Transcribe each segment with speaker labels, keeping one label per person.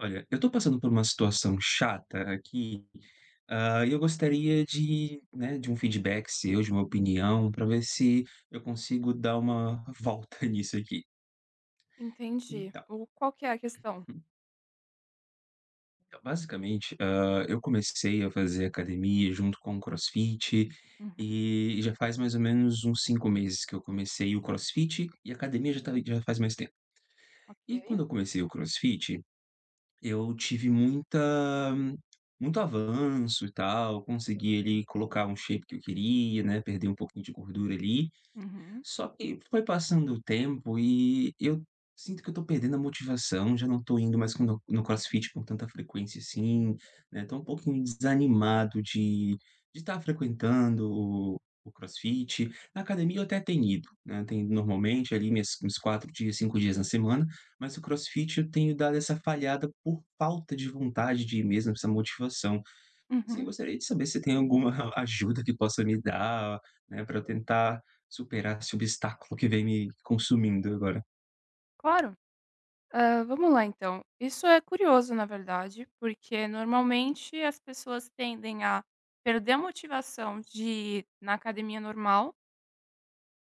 Speaker 1: Olha, eu tô passando por uma situação chata aqui, e eu gostaria de, né, de um feedback seu, de uma opinião, para ver se eu consigo dar uma volta nisso aqui.
Speaker 2: Entendi.
Speaker 1: Então,
Speaker 2: O qual que é a questão?
Speaker 1: então, basicamente, eu comecei a fazer academia junto com o CrossFit,
Speaker 2: Uhum,
Speaker 1: e já faz mais ou menos uns 5 meses que eu comecei o CrossFit, e a academia já, tá, já faz mais tempo. E quando
Speaker 2: ok.
Speaker 1: eu comecei o CrossFit, eu tive muita muito avanço e tal, consegui ali colocar um shape que eu queria, né, perder um pouquinho de gordura ali,
Speaker 2: Uhum,
Speaker 1: só que foi passando o tempo e eu sinto que eu tô perdendo a motivação, já não tô indo mais com no no CrossFit com tanta frequência assim, né, tô um pouquinho desanimado de estar frequentando o CrossFit. Na academia eu até tenho ido, né, tenho ido normalmente ali minhas uns 4 dias, 5 dias na semana, mas o CrossFit eu tenho dado essa falhada por falta de vontade de ir mesmo, essa motivação. Assim,
Speaker 2: uhum,
Speaker 1: gostaria de saber se tem alguma ajuda que possa me dar, né, para eu tentar superar esse obstáculo que vem me consumindo agora.
Speaker 2: claro. Vamos lá então. Isso é curioso, na verdade, porque normalmente as pessoas tendem a perder a motivação de ir na academia normal,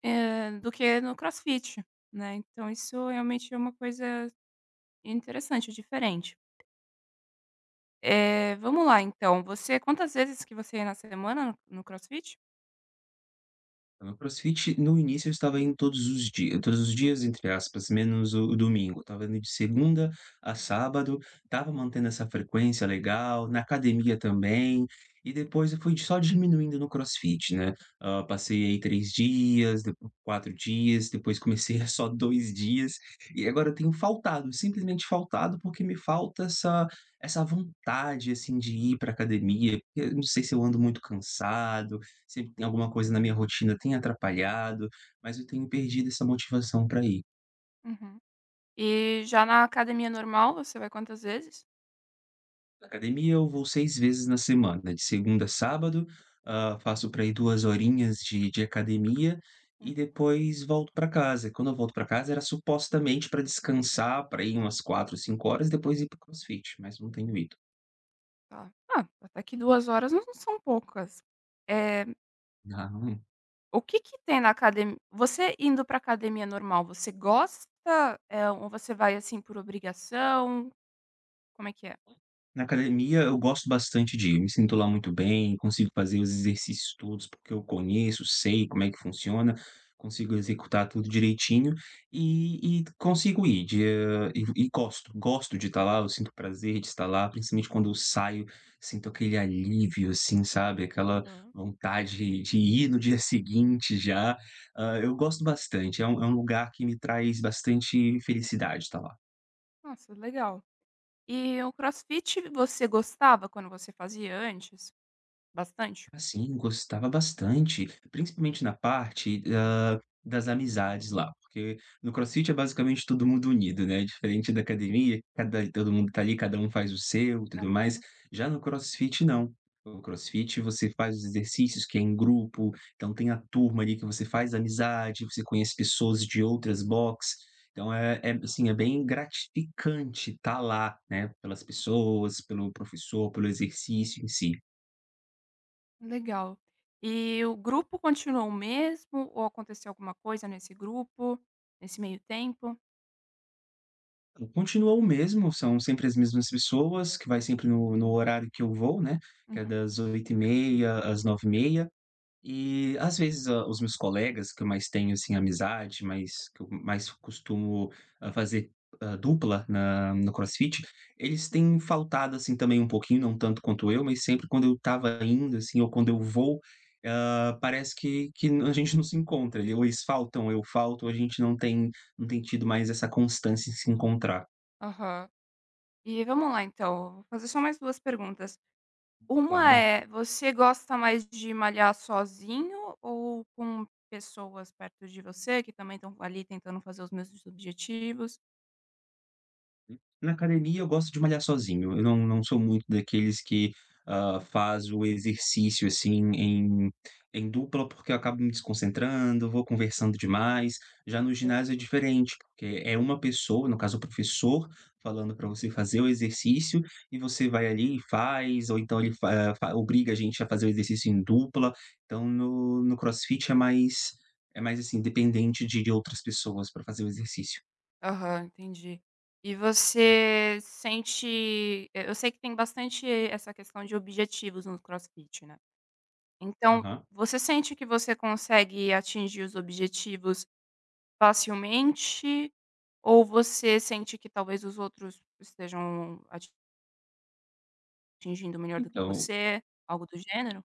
Speaker 2: do que no crossfit, né. Então isso realmente é uma coisa interessante, diferente. Vamos lá então, você quantas vezes que você ia na semana no crossfit?
Speaker 1: No CrossFit, no início eu estava indo todos os dias, entre aspas, menos o domingo. Eu estava indo de segunda a sábado, estava mantendo essa frequência legal, na academia também, e depois eu fui só diminuindo no CrossFit, né? Passei aí 3 dias, depois 4 dias, depois comecei a só 2 dias, e agora eu tenho faltado, simplesmente faltado, porque me falta essa, essa vontade, assim, de ir para academia. Eu não sei se eu ando muito cansado. Sempre tem alguma coisa na minha rotina tem atrapalhado, mas eu tenho perdido essa motivação para ir.
Speaker 2: Uhum. E já na academia normal, você vai quantas vezes?
Speaker 1: Na academia eu vou 6 vezes na semana, de segunda a sábado, faço para ir 2 horinhas de academia e depois volto para casa. Quando eu volto para casa era supostamente para descansar, para ir umas 4 5 horas depois ir para o crossfit, mas não tenho ido.
Speaker 2: Tá. Ah, até que 2 horas não são poucas. Eh,
Speaker 1: Ah,
Speaker 2: o que que tem na academia você indo pra academia normal, você gosta, ou você vai, assim, por obrigação? Como é que é?
Speaker 1: Na academia eu gosto bastante de ir, eu me sinto lá muito bem, consigo fazer os exercícios todos, porque eu conheço, sei como é que funciona, consigo executar tudo direitinho e consigo ir de e gosto, gosto de estar lá, eu sinto prazer de estar lá, principalmente quando eu saio, sinto aquele alívio, assim, sabe, aquela vontade de ir no dia seguinte já. Eu gosto bastante, é um lugar que me traz bastante felicidade estar lá.
Speaker 2: Nossa, legal. E o crossfit você gostava quando você fazia antes? Bastante?
Speaker 1: Assim, gostava bastante, principalmente na parte, das amizades lá, porque no CrossFit é basicamente todo mundo unido, né, diferente da academia, cada todo mundo tá ali, cada um faz o seu, e tudo mais. Já no CrossFit não. No CrossFit você faz os exercícios que é em grupo, então tem a turma ali que você faz amizade, você conhece pessoas de outras box, então é, assim, é bem gratificante estar lá, né, pelas pessoas, pelo professor, pelo exercício em si.
Speaker 2: Legal. E o grupo continuou o mesmo ou aconteceu alguma coisa nesse grupo, nesse meio tempo?
Speaker 1: Continua o mesmo, são sempre as mesmas pessoas, que vai sempre no horário que eu vou, né, que é
Speaker 2: Uhum.
Speaker 1: das 8h30 às 9h30. E, às vezes, os meus colegas que eu mais tenho, assim, amizade, mais que eu mais costumo, fazer, dupla na no CrossFit, eles têm faltado, assim, também um pouquinho, não tanto quanto eu, mas sempre quando eu estava indo, assim, ou quando eu vou, parece que a gente não se encontra, ou eles faltam, ou eu falto, a gente não tem tido mais essa constância em se encontrar.
Speaker 2: Aham. E vamos lá então, vou fazer só mais 2 perguntas. Uma
Speaker 1: Claro.
Speaker 2: é, você gosta mais de malhar sozinho ou com pessoas perto de você que também estão ali tentando fazer os mesmos objetivos?
Speaker 1: Na academia eu gosto de malhar sozinho, eu não sou muito daqueles que, faz o exercício, assim, em dupla, porque eu acabo me desconcentrando, vou conversando demais. Já no ginásio é diferente, porque é uma pessoa, no caso o professor, falando para você fazer o exercício e você vai ali e faz, ou então ele fa fa obriga a gente a fazer o exercício em dupla. Então no crossfit é mais, assim, dependente de outras pessoas para fazer o exercício.
Speaker 2: Aham, entendi. E você sente eu sei que tem bastante essa questão de objetivos no CrossFit, né. Então,
Speaker 1: Aham.
Speaker 2: você sente que você consegue atingir os objetivos facilmente, ou você sente que talvez os outros estejam atingindo melhor do que
Speaker 1: Então
Speaker 2: você, algo do gênero?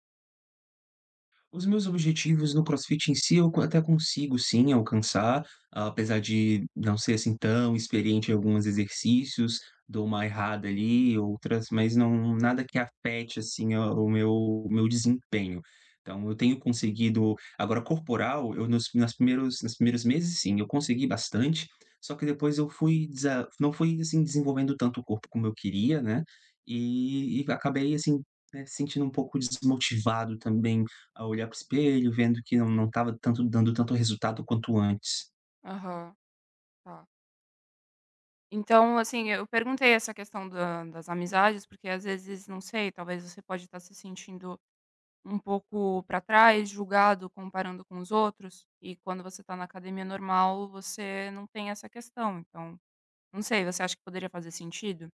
Speaker 1: os meus objetivos no CrossFit em si, eu co até consigo sim alcançar, apesar de não ser, assim, tão experiente em alguns exercícios, dou uma errada ali, outras, mas não nada que afete, assim, a o meu desempenho. Então eu tenho conseguido agora corporal, eu nos primeiros meses, sim, eu consegui bastante, só que depois eu fui desa não fui, assim, desenvolvendo tanto o corpo como eu queria, né, e acabei, assim, né, sentindo um pouco desmotivado também a olhar para o espelho, vendo que não estava tanto dando tanto resultado quanto antes.
Speaker 2: Aham, tá. Então, assim, eu perguntei essa questão da das amizades, porque às vezes, não sei, talvez você pode estar se sentindo um pouco para trás, julgado, comparando com os outros, e quando você tá na academia normal, você não tem essa questão, então, não sei, você acha que poderia fazer sentido?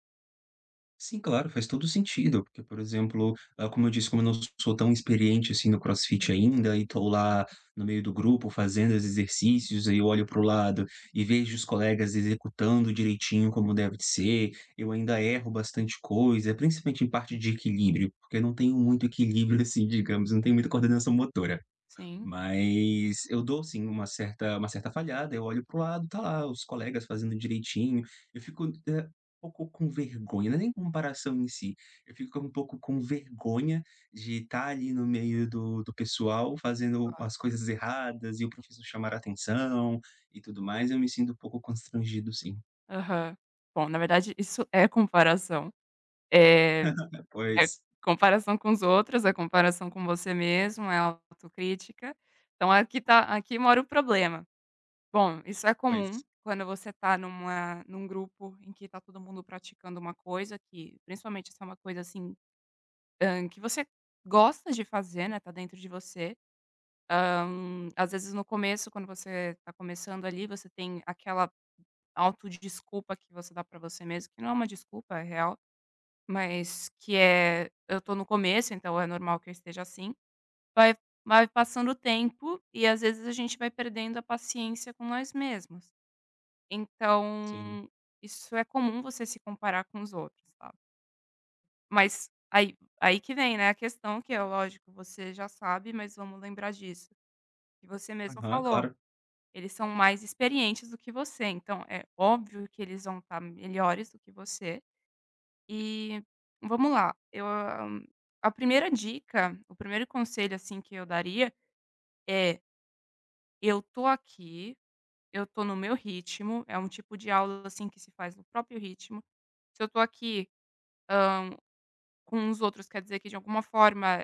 Speaker 1: Sim, claro, faz todo sentido, porque, por exemplo, como eu disse, como eu não sou tão experiente, assim, no CrossFit ainda e
Speaker 2: Sim.
Speaker 1: estou lá no meio do grupo fazendo os exercícios, aí eu olho para o lado e vejo os colegas executando direitinho como deve de ser, eu ainda erro bastante coisa, principalmente em parte de equilíbrio, porque eu não tenho muito equilíbrio, assim, digamos, não tenho muita coordenação motora.
Speaker 2: Sim?
Speaker 1: Mas eu dou sim uma certa falhada, eu olho pro lado, tá lá os colegas fazendo direitinho, eu fico, um pouco com vergonha, não é nem comparação em si, eu fico um pouco com vergonha de estar ali no meio do pessoal fazendo
Speaker 2: Claro.
Speaker 1: as coisas erradas e o professor chamar a atenção e tudo mais, eu me sinto um pouco constrangido sim.
Speaker 2: Aham. Bom, na verdade isso é comparação. Eh, É
Speaker 1: Pois,
Speaker 2: comparação com os outros, é comparação com você mesmo, é autocrítica. Então aqui tá, aqui mora o problema. Bom, isso é comum
Speaker 1: pois.
Speaker 2: quando você está num grupo em que está todo mundo praticando uma coisa que, principalmente se é uma coisa, assim. Que você gosta de fazer, né, tá dentro de você. Então, às vezes no começo, quando você tá começando ali, você tem aquela autodesculpa que você dá pra você mesmo, que não é uma desculpa, é real, mas que é: "Eu tô no começo, então é normal que eu esteja assim". Vai vai passando o tempo e às vezes a gente vai perdendo a paciência com nós mesmos.
Speaker 1: Sim.
Speaker 2: Então, isso é comum você se comparar com os outros, tá? Mas aí que vem, né, a questão que é lógico, você já sabe, mas vamos lembrar disso, que você mesmo
Speaker 1: Aham,
Speaker 2: falou,
Speaker 1: claro.
Speaker 2: eles são mais experientes do que você, então é óbvio que eles vão estar melhores do que você. E vamos lá, eu a primeira dica, o primeiro conselho, assim, que eu daria é: "Eu tô aqui, eu tô no meu ritmo", é um tipo de aula, assim, que se faz no próprio ritmo. Se eu tô aqui com os outros, quer dizer que de alguma forma,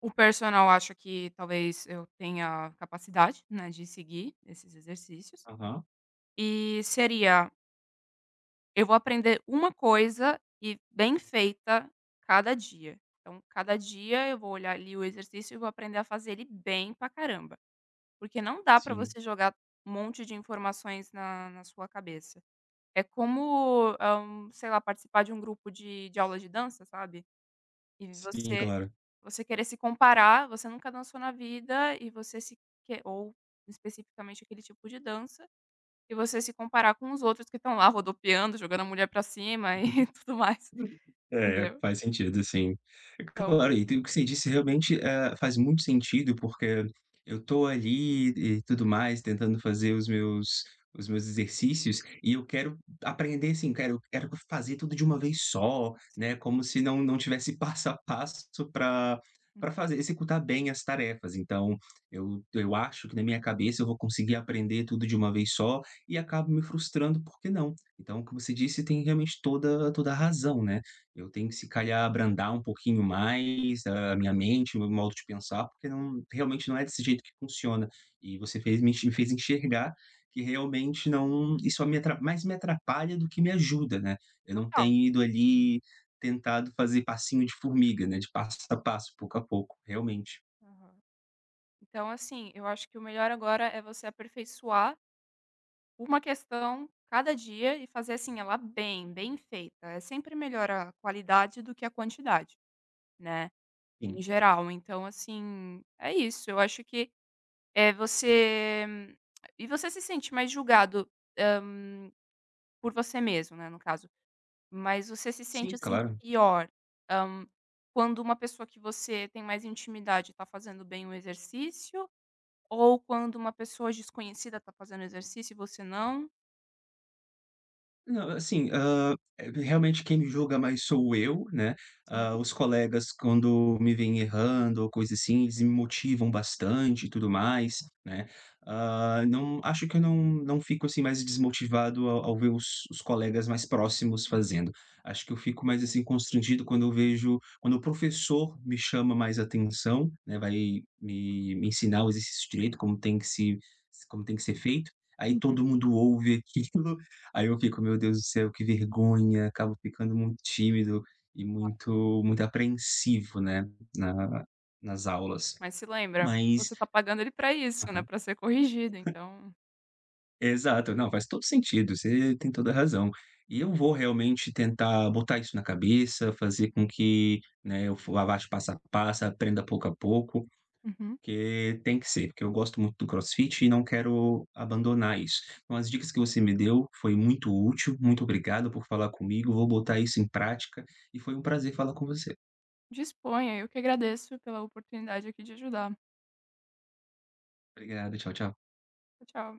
Speaker 2: o personal acha que talvez eu tenha capacidade, né, de seguir esses exercícios,
Speaker 1: Aham.
Speaker 2: e seria: eu vou aprender uma coisa e bem feita cada dia. Então cada dia eu vou olhar ali o exercício e vou aprender a fazer ele bem pra caramba, porque não dá pra
Speaker 1: Sim,
Speaker 2: você jogar um monte de informações na sua cabeça. É como, sei lá, participar de um grupo de aula de dança, sabe, e
Speaker 1: sim,
Speaker 2: você
Speaker 1: claro.
Speaker 2: Você querer se comparar, você nunca dançou na vida e você se que ou especificamente aquele tipo de dança, e você se comparar com os outros que estão lá rodopiando, jogando a mulher pra cima e tudo mais,
Speaker 1: É,
Speaker 2: entendeu?
Speaker 1: faz sentido sim.
Speaker 2: Então
Speaker 1: Claro, e o que você disse realmente, faz muito sentido, porque eu tô ali e tudo mais, tentando fazer os meus exercícios, e eu quero aprender assim, quero fazer tudo de uma vez só,
Speaker 2: sim,
Speaker 1: né, como se não tivesse passo a passo para para
Speaker 2: hum,
Speaker 1: fazer executar bem as tarefas. Então, eu acho que na minha cabeça eu vou conseguir aprender tudo de uma vez só e acabo me frustrando, porque não. Então, o que você disse tem realmente toda a razão, né. Eu tenho que se calhar abrandar um pouquinho mais a minha mente, o meu modo de pensar, porque não realmente não é desse jeito que funciona. E você fez me fez enxergar que realmente não isso só me atra mais me atrapalha do que me ajuda, né. Eu não
Speaker 2: total.
Speaker 1: tenho ido ali, tentado fazer passinho de formiga, né, de passo a passo, pouco a pouco, realmente.
Speaker 2: Aham. Então assim, eu acho que o melhor agora é você aperfeiçoar uma questão cada dia e fazer, assim, ela bem, bem feita. É sempre melhor a qualidade do que a quantidade, né, em
Speaker 1: Sim,
Speaker 2: geral. Então assim, é isso, eu acho que é você e você se sente mais julgado, hã, por você mesmo, né, no caso, mas você se sente,
Speaker 1: sim,
Speaker 2: assim,
Speaker 1: claro.
Speaker 2: pior, hã, quando uma pessoa que você tem mais intimidade tá fazendo bem o exercício ou quando uma pessoa desconhecida tá fazendo exercício e você não?
Speaker 1: Não, assim, realmente quem me julga mais sou eu, né,
Speaker 2: Sim.
Speaker 1: os colegas quando me veem errando ou coisa assim, eles me motivam bastante e tudo mais, né. Não acho que eu não fico, assim, mais desmotivado ao ver os colegas mais próximos fazendo. Acho que eu fico mais, assim, constrangido quando eu vejo quando o professor me chama mais atenção, né, vai me ensinar o exercício direito, como tem que se como tem que ser feito, aí
Speaker 2: Uhum.
Speaker 1: todo mundo ouve aquilo. Aí eu fico: "Meu Deus do céu, que vergonha", acabo ficando muito tímido e muito muito apreensivo, né, na nas aulas.
Speaker 2: Mas se lembra,
Speaker 1: Mas
Speaker 2: você tá pagando ele pra isso, né,
Speaker 1: aham.
Speaker 2: pra ser corrigido, então
Speaker 1: Exato, não, faz todo sentido, você tem toda a razão. E eu vou realmente tentar botar isso na cabeça, fazer com que, né, eu vá passo a passo, aprenda pouco a pouco,
Speaker 2: uhum.
Speaker 1: porque tem que ser, porque eu gosto muito do CrossFit e não quero abandonar isso. Então, as dicas que você me deu foi muito útil, muito obrigado por falar comigo, vou botar isso em prática e foi um prazer falar com você.
Speaker 2: Disponha, eu que agradeço pela oportunidade aqui de ajudar.
Speaker 1: Obrigado, tchau, tchau.
Speaker 2: Tchau, tchau.